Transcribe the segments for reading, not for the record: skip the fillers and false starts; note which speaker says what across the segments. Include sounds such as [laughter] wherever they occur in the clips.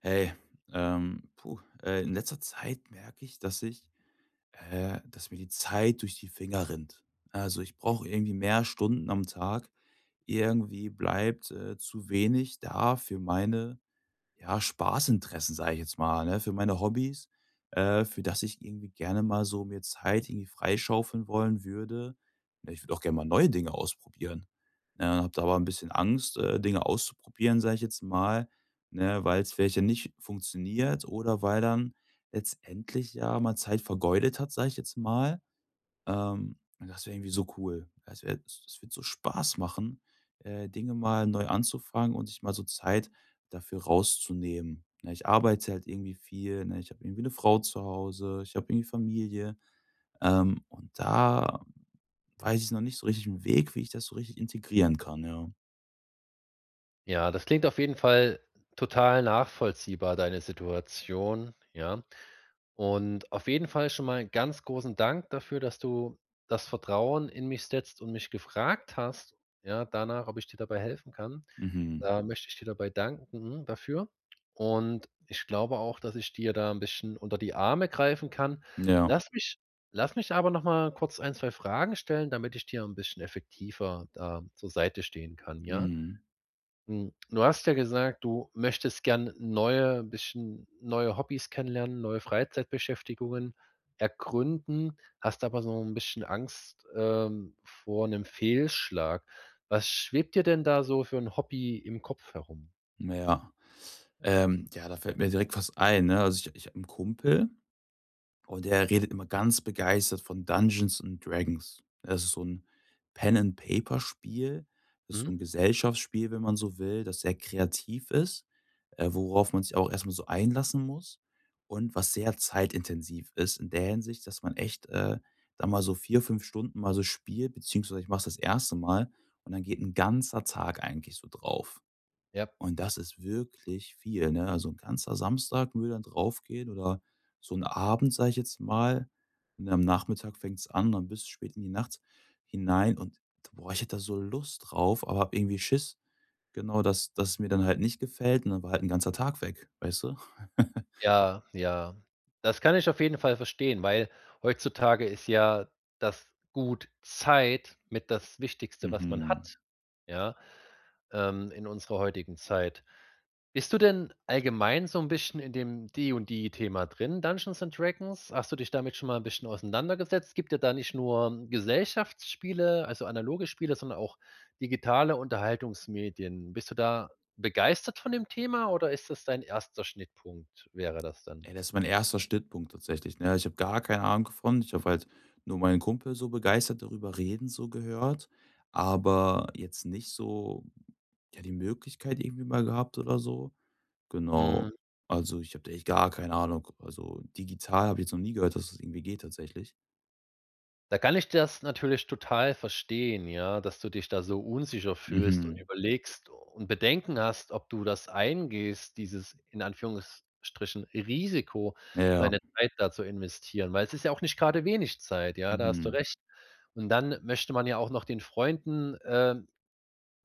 Speaker 1: Hey, in letzter Zeit merke ich, dass mir die Zeit durch die Finger rinnt. Also ich brauche irgendwie mehr Stunden am Tag. Irgendwie bleibt zu wenig da für meine ja, Spaßinteressen, sage ich jetzt mal, ne, für meine Hobbys, für das ich irgendwie gerne mal so mir Zeit irgendwie freischaufeln wollen würde. Ne, ich würde auch gerne mal neue Dinge ausprobieren. Ne, und habe da aber ein bisschen Angst, Dinge auszuprobieren, sage ich jetzt mal, ne, weil es vielleicht ja nicht funktioniert oder weil dann letztendlich ja man Zeit vergeudet hat, sage ich jetzt mal, und das wäre irgendwie so cool. Das wird so Spaß machen, Dinge mal neu anzufangen und sich mal so Zeit dafür rauszunehmen. Ne, ich arbeite halt irgendwie viel, ne? Ich habe irgendwie eine Frau zu Hause, ich habe irgendwie Familie, und da weiß ich noch nicht so richtig einen Weg, wie ich das so richtig integrieren kann, ja.
Speaker 2: Ja, das klingt auf jeden Fall total nachvollziehbar, deine Situation, ja. Und auf jeden Fall schon mal ganz großen Dank dafür, dass du das Vertrauen in mich setzt und mich gefragt hast, ja, danach, ob ich dir dabei helfen kann.
Speaker 1: Mhm.
Speaker 2: Da möchte ich dir dabei danken dafür. Und ich glaube auch, dass ich dir da ein bisschen unter die Arme greifen kann.
Speaker 1: Ja.
Speaker 2: Lass mich lass mich aber noch mal kurz ein 2 Fragen stellen, damit ich dir ein bisschen effektiver da zur Seite stehen kann, ja?
Speaker 1: Mhm.
Speaker 2: Du hast ja gesagt, du möchtest gern neue ein bisschen neue Hobbys kennenlernen, neue Freizeitbeschäftigungen ergründen, hast aber so ein bisschen Angst, vor einem Fehlschlag. Was schwebt dir denn da so für ein Hobby im Kopf herum?
Speaker 1: Ja. Ja, da fällt mir direkt was ein, ne? Also, ich habe 'n Kumpel. Und er redet immer ganz begeistert von Dungeons & and Dragons. Das ist so ein Pen-and-Paper-Spiel, das ist so
Speaker 2: Mhm.
Speaker 1: ein Gesellschaftsspiel, wenn man so will, das sehr kreativ ist, worauf man sich auch erstmal so einlassen muss und was sehr zeitintensiv ist in der Hinsicht, dass man echt, da mal so 4 5 Stunden mal so spielt, beziehungsweise ich mache es das erste Mal und dann geht ein ganzer Tag eigentlich so drauf.
Speaker 2: Ja.
Speaker 1: Und das ist wirklich viel, ne? Also, ein ganzer Samstag würde dann draufgehen oder so ein Abend, sage ich jetzt mal. Und am Nachmittag fängt's an, dann bis spät in die Nacht hinein und, boah, ich hätte da so Lust drauf, aber hab irgendwie Schiss, genau, dass mir dann halt nicht gefällt und dann war halt ein ganzer Tag weg, weißt du? [laughs]
Speaker 2: Ja, ja. Das kann ich auf jeden Fall verstehen, weil heutzutage ist ja das Gut Zeit mit das Wichtigste, was man
Speaker 1: Mhm.
Speaker 2: hat, ja, in unserer heutigen Zeit. Bist du denn allgemein so ein bisschen in dem D und D&D-Thema drin, Dungeons& and Dragons? Hast du dich damit schon mal ein bisschen auseinandergesetzt? Gibt ja da nicht nur Gesellschaftsspiele, also analoge Spiele, sondern auch digitale Unterhaltungsmedien. Bist du da begeistert von dem Thema oder ist das dein erster Schnittpunkt wäre das dann?
Speaker 1: Ey, das ist mein erster Schnittpunkt tatsächlich, ne? Ich habe gar keine Ahnung davon. Ich habe halt nur meinen Kumpel so begeistert darüber reden so gehört, aber jetzt nicht so, ja, die Möglichkeit irgendwie mal gehabt oder so. Genau. Also, ich habe da echt gar keine Ahnung. Also, digital habe ich jetzt noch nie gehört, dass das irgendwie geht tatsächlich.
Speaker 2: Da kann ich das natürlich total verstehen, ja, dass du dich da so unsicher fühlst und
Speaker 1: Mhm.
Speaker 2: überlegst und Bedenken hast, ob du das eingehst, dieses in Anführungsstrichen Risiko,
Speaker 1: Ja, ja.
Speaker 2: deine Zeit da zu investieren, weil es ist ja auch nicht gerade wenig Zeit, ja, da hast du
Speaker 1: Mhm.
Speaker 2: recht. Und dann möchte man ja auch noch den Freunden,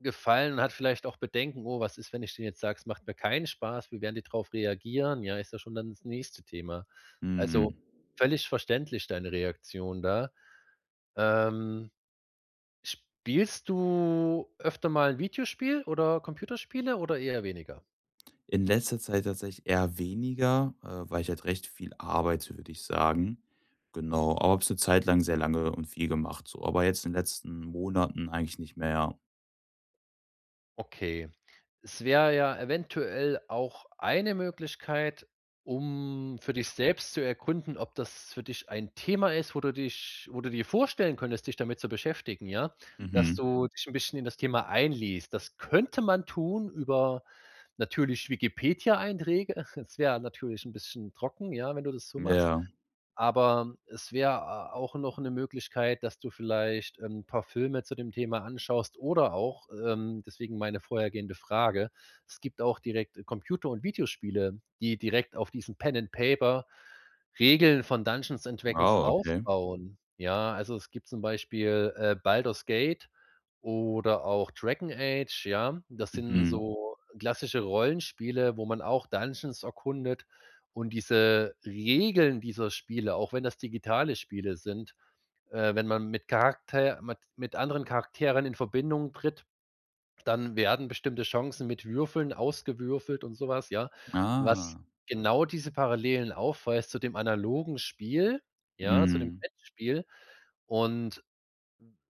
Speaker 2: gefallen und hat vielleicht auch Bedenken: „Oh, was ist, wenn ich denen jetzt sage, es macht mir keinen Spaß? Wie werden die darauf reagieren?" Ja, ist ja schon dann das nächste Thema.
Speaker 1: Mhm.
Speaker 2: Also, völlig verständlich deine Reaktion da. Ähm, Spielst du öfter mal 'n Videospiel oder Computerspiele oder eher weniger?
Speaker 1: In letzter Zeit tatsächlich eher weniger, weil ich halt recht viel arbeite, würde ich sagen. Genau, aber habe es eine Zeit lang sehr lange und viel gemacht so, aber jetzt in den letzten Monaten eigentlich nicht mehr, ja.
Speaker 2: Okay. Es wäre ja eventuell auch eine Möglichkeit, um für dich selbst zu erkunden, ob das für dich ein Thema ist, wo du dir vorstellen könntest, dich damit zu beschäftigen, ja? Dass
Speaker 1: Mhm.
Speaker 2: du dich 'n bisschen in das Thema einliest. Das könnte man tun über natürlich Wikipedia-Einträge. [laughs] Es wäre natürlich 'n bisschen trocken, ja, wenn du das so
Speaker 1: Ja.
Speaker 2: machst.
Speaker 1: Ja.
Speaker 2: Aber es wäre auch noch eine Möglichkeit, dass du vielleicht, 'n paar Filme zu dem Thema anschaust oder auch, deswegen meine vorhergehende Frage, es gibt auch direkt Computer und Videospiele, die direkt auf diesen Pen and Paper Regeln von Dungeons& and Dragons
Speaker 1: Wow, okay.
Speaker 2: aufbauen. Ja, also, es gibt zum Beispiel, Baldur's Gate oder auch Dragon Age, ja? Das sind
Speaker 1: Mhm.
Speaker 2: so klassische Rollenspiele, wo man auch Dungeons erkundet und diese Regeln dieser Spiele, auch wenn das digitale Spiele sind, wenn man mit anderen Charakteren in Verbindung tritt, dann werden bestimmte Chancen mit Würfeln ausgewürfelt und sowas, ja? Was
Speaker 1: Ah.
Speaker 2: genau diese Parallelen aufweist zu dem analogen Spiel, ja, zu dem
Speaker 1: Mhm.
Speaker 2: Brettspiel und,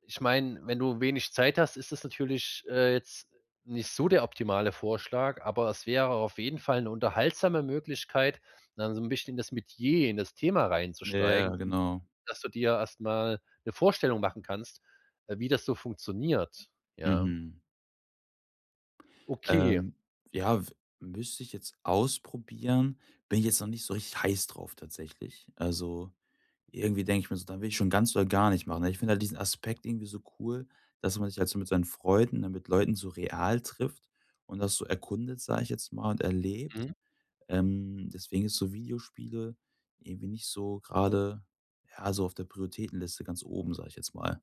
Speaker 2: ich meine, wenn du wenig Zeit hast, ist es natürlich, jetzt nicht so der optimale Vorschlag, aber es wäre auf jeden Fall eine unterhaltsame Möglichkeit, dann so ein bisschen in das Metier, in das Thema
Speaker 1: Ja,
Speaker 2: reinzusteigen
Speaker 1: ja,
Speaker 2: und
Speaker 1: genau.
Speaker 2: dass du dir erstmal eine Vorstellung machen kannst, wie das so funktioniert, ja.
Speaker 1: Mhm.
Speaker 2: Okay.
Speaker 1: Ähm, ja, w müsste ich jetzt ausprobieren, bin ich jetzt noch nicht so richtig heiß drauf tatsächlich. Also irgendwie denke ich mir so: „Dann will ich schon ganz oder gar nicht machen“, ne? Ich finde halt diesen Aspekt irgendwie so cool, dass man sich halt so mit seinen Freunden, ne, mit Leuten so real trifft und das so erkundet, sage ich jetzt mal, und erlebt.
Speaker 2: Mhm.
Speaker 1: Deswegen ist so Videospiele irgendwie nicht so gerade, ja, so auf der Prioritätenliste ganz oben, sage ich jetzt mal.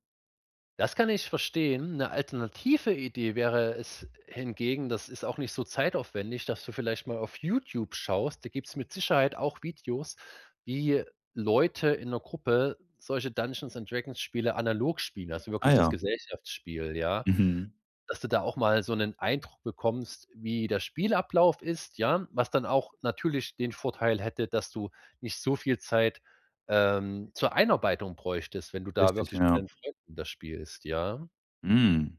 Speaker 2: Das kann ich verstehen. Eine alternative Idee wäre es hingegen das ist auch nicht so zeitaufwendig, dass du vielleicht mal auf YouTube schaust. Da gibt es mit Sicherheit auch Videos, wie Leute in einer Gruppe solche Dungeons& and Dragons Spiele analog spielen, also
Speaker 1: Ah
Speaker 2: wirklich das
Speaker 1: ja,
Speaker 2: Gesellschaftsspiel, ja?
Speaker 1: mhm,
Speaker 2: Dass du da auch mal so einen Eindruck bekommst, wie der Spielablauf ist, ja? Was dann auch natürlich den Vorteil hätte, dass du nicht so viel Zeit, zur Einarbeitung bräuchtest, wenn du da
Speaker 1: richtig,
Speaker 2: wirklich mit
Speaker 1: ja.
Speaker 2: deinen Freunden das spielst, ja?
Speaker 1: Hm,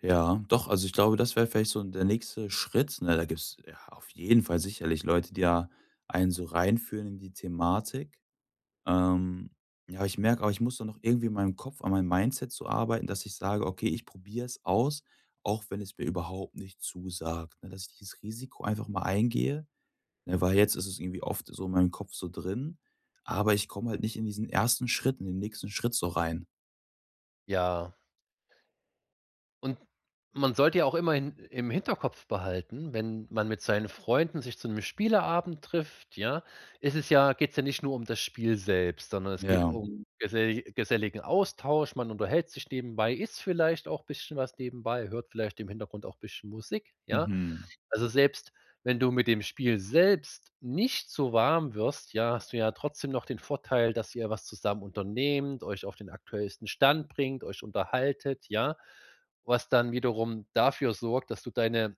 Speaker 1: ja, doch, also ich glaube, das wäre vielleicht so der nächste Schritt, ne? Da gibt's ja auf jeden Fall sicherlich Leute, die da einen so reinführen in die Thematik. Ähm, ja, aber ich merke auch, ich muss da noch irgendwie in meinem Kopf an meinem Mindset zu arbeiten, dass ich sage: „Okay, ich probiere es aus, auch wenn es mir überhaupt nicht zusagt“, ne? Dass ich dieses Risiko einfach mal eingehe, ne, weil jetzt ist es irgendwie oft so in meinem Kopf so drin, aber ich komme halt nicht in diesen ersten Schritt, in den nächsten Schritt so rein.
Speaker 2: Ja. Und man sollte ja auch immer im Hinterkopf behalten, wenn man mit seinen Freunden sich zu einem Spieleabend trifft, ja, ist es ja geht's ja nicht nur um das Spiel selbst, sondern es geht
Speaker 1: Ja,
Speaker 2: um geselligen Austausch. Man unterhält sich nebenbei, isst vielleicht auch bisschen was nebenbei, hört vielleicht im Hintergrund auch bisschen Musik, ja?
Speaker 1: mhm,
Speaker 2: Also, selbst wenn du mit dem Spiel selbst nicht so warm wirst, ja, hast du ja trotzdem noch den Vorteil, dass ihr was zusammen unternehmt, euch auf den aktuellsten Stand bringt, euch unterhaltet, ja? Was dann wiederum dafür sorgt, dass du deine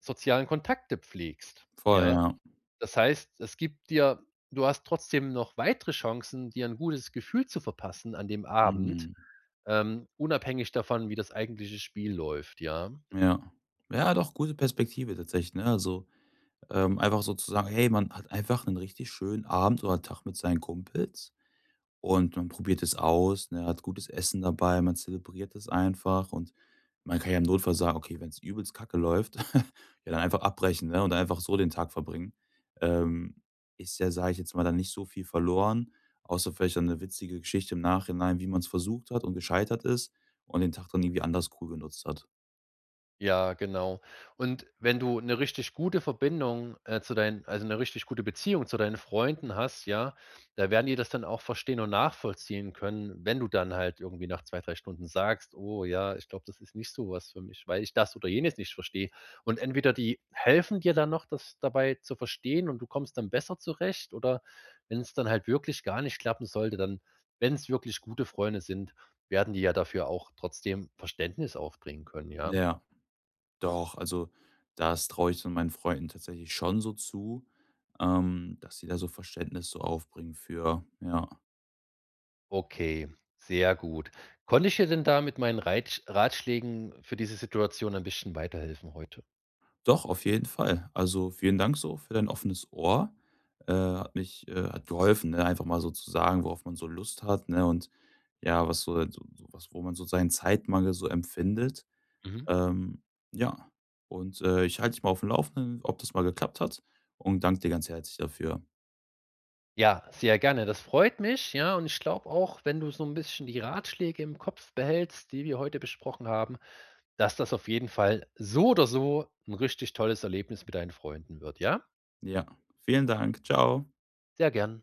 Speaker 2: sozialen Kontakte pflegst,
Speaker 1: voll,
Speaker 2: ja?
Speaker 1: ja.
Speaker 2: Das heißt, es gibt dir du hast trotzdem noch weitere Chancen, dir ein gutes Gefühl zu verpassen an dem Abend,
Speaker 1: Mhm,
Speaker 2: unabhängig davon, wie das eigentliche Spiel läuft, ja?
Speaker 1: ja. Ja, doch, gute Perspektive tatsächlich, ne? Also, einfach so zu sagen: „Hey, man hat einfach einen richtig schönen Abend oder Tag mit seinen Kumpels.“ Und man probiert es aus, ne, hat gutes Essen dabei, man zelebriert es einfach und man kann ja im Notfall sagen: „Okay, wenn es übelst kacke läuft, [laughs] ja, dann einfach abbrechen, ne, und einfach so den Tag verbringen.“ Ähm, ist ja, sage ich jetzt mal, dann nicht so viel verloren, außer vielleicht dann 'ne witzige Geschichte im Nachhinein, wie man es versucht hat und gescheitert ist und den Tag dann irgendwie anders cool genutzt hat.
Speaker 2: Ja, genau. Und wenn du eine richtig gute Verbindung, zu deinen also eine richtig gute Beziehung zu deinen Freunden hast, ja, da werden die das dann auch verstehen und nachvollziehen können, wenn du dann halt irgendwie nach 2 3 Stunden sagst: „Oh ja, ich glaube, das ist nicht so was für mich, weil ich das oder jenes nicht verstehe." Und entweder die helfen dir dann noch, das dabei zu verstehen und du kommst dann besser zurecht oder wenn es dann halt wirklich gar nicht klappen sollte, dann wenn es wirklich gute Freunde sind, werden die ja dafür auch trotzdem Verständnis aufbringen können, ja?
Speaker 1: Ja, doch, also, das traue ich dann meinen Freunden tatsächlich schon so zu, dass sie da so Verständnis so aufbringen für, ja.
Speaker 2: Okay, sehr gut. Konnte ich dir denn da mit meinen Reitsch Ratschlägen für diese Situation ein bisschen weiterhelfen heute?
Speaker 1: Doch, auf jeden Fall. Also, vielen Dank so für dein offenes Ohr. Hat geholfen, ne, einfach mal so zu sagen, worauf man so Lust hat, ne, und ja, was so so so was wo man so seinen Zeitmangel so empfindet.
Speaker 2: Mhm.
Speaker 1: Ähm, ja, und, ich halte dich mal auf dem Laufenden, ob das mal geklappt hat und danke dir ganz herzlich dafür.
Speaker 2: Ja, sehr gerne. Das freut mich, ja, und ich glaube auch, wenn du so ein bisschen die Ratschläge im Kopf behältst, die wir heute besprochen haben, dass das auf jeden Fall so oder so ein richtig tolles Erlebnis mit deinen Freunden wird, ja?
Speaker 1: Ja, vielen Dank. Ciao.
Speaker 2: Sehr gern.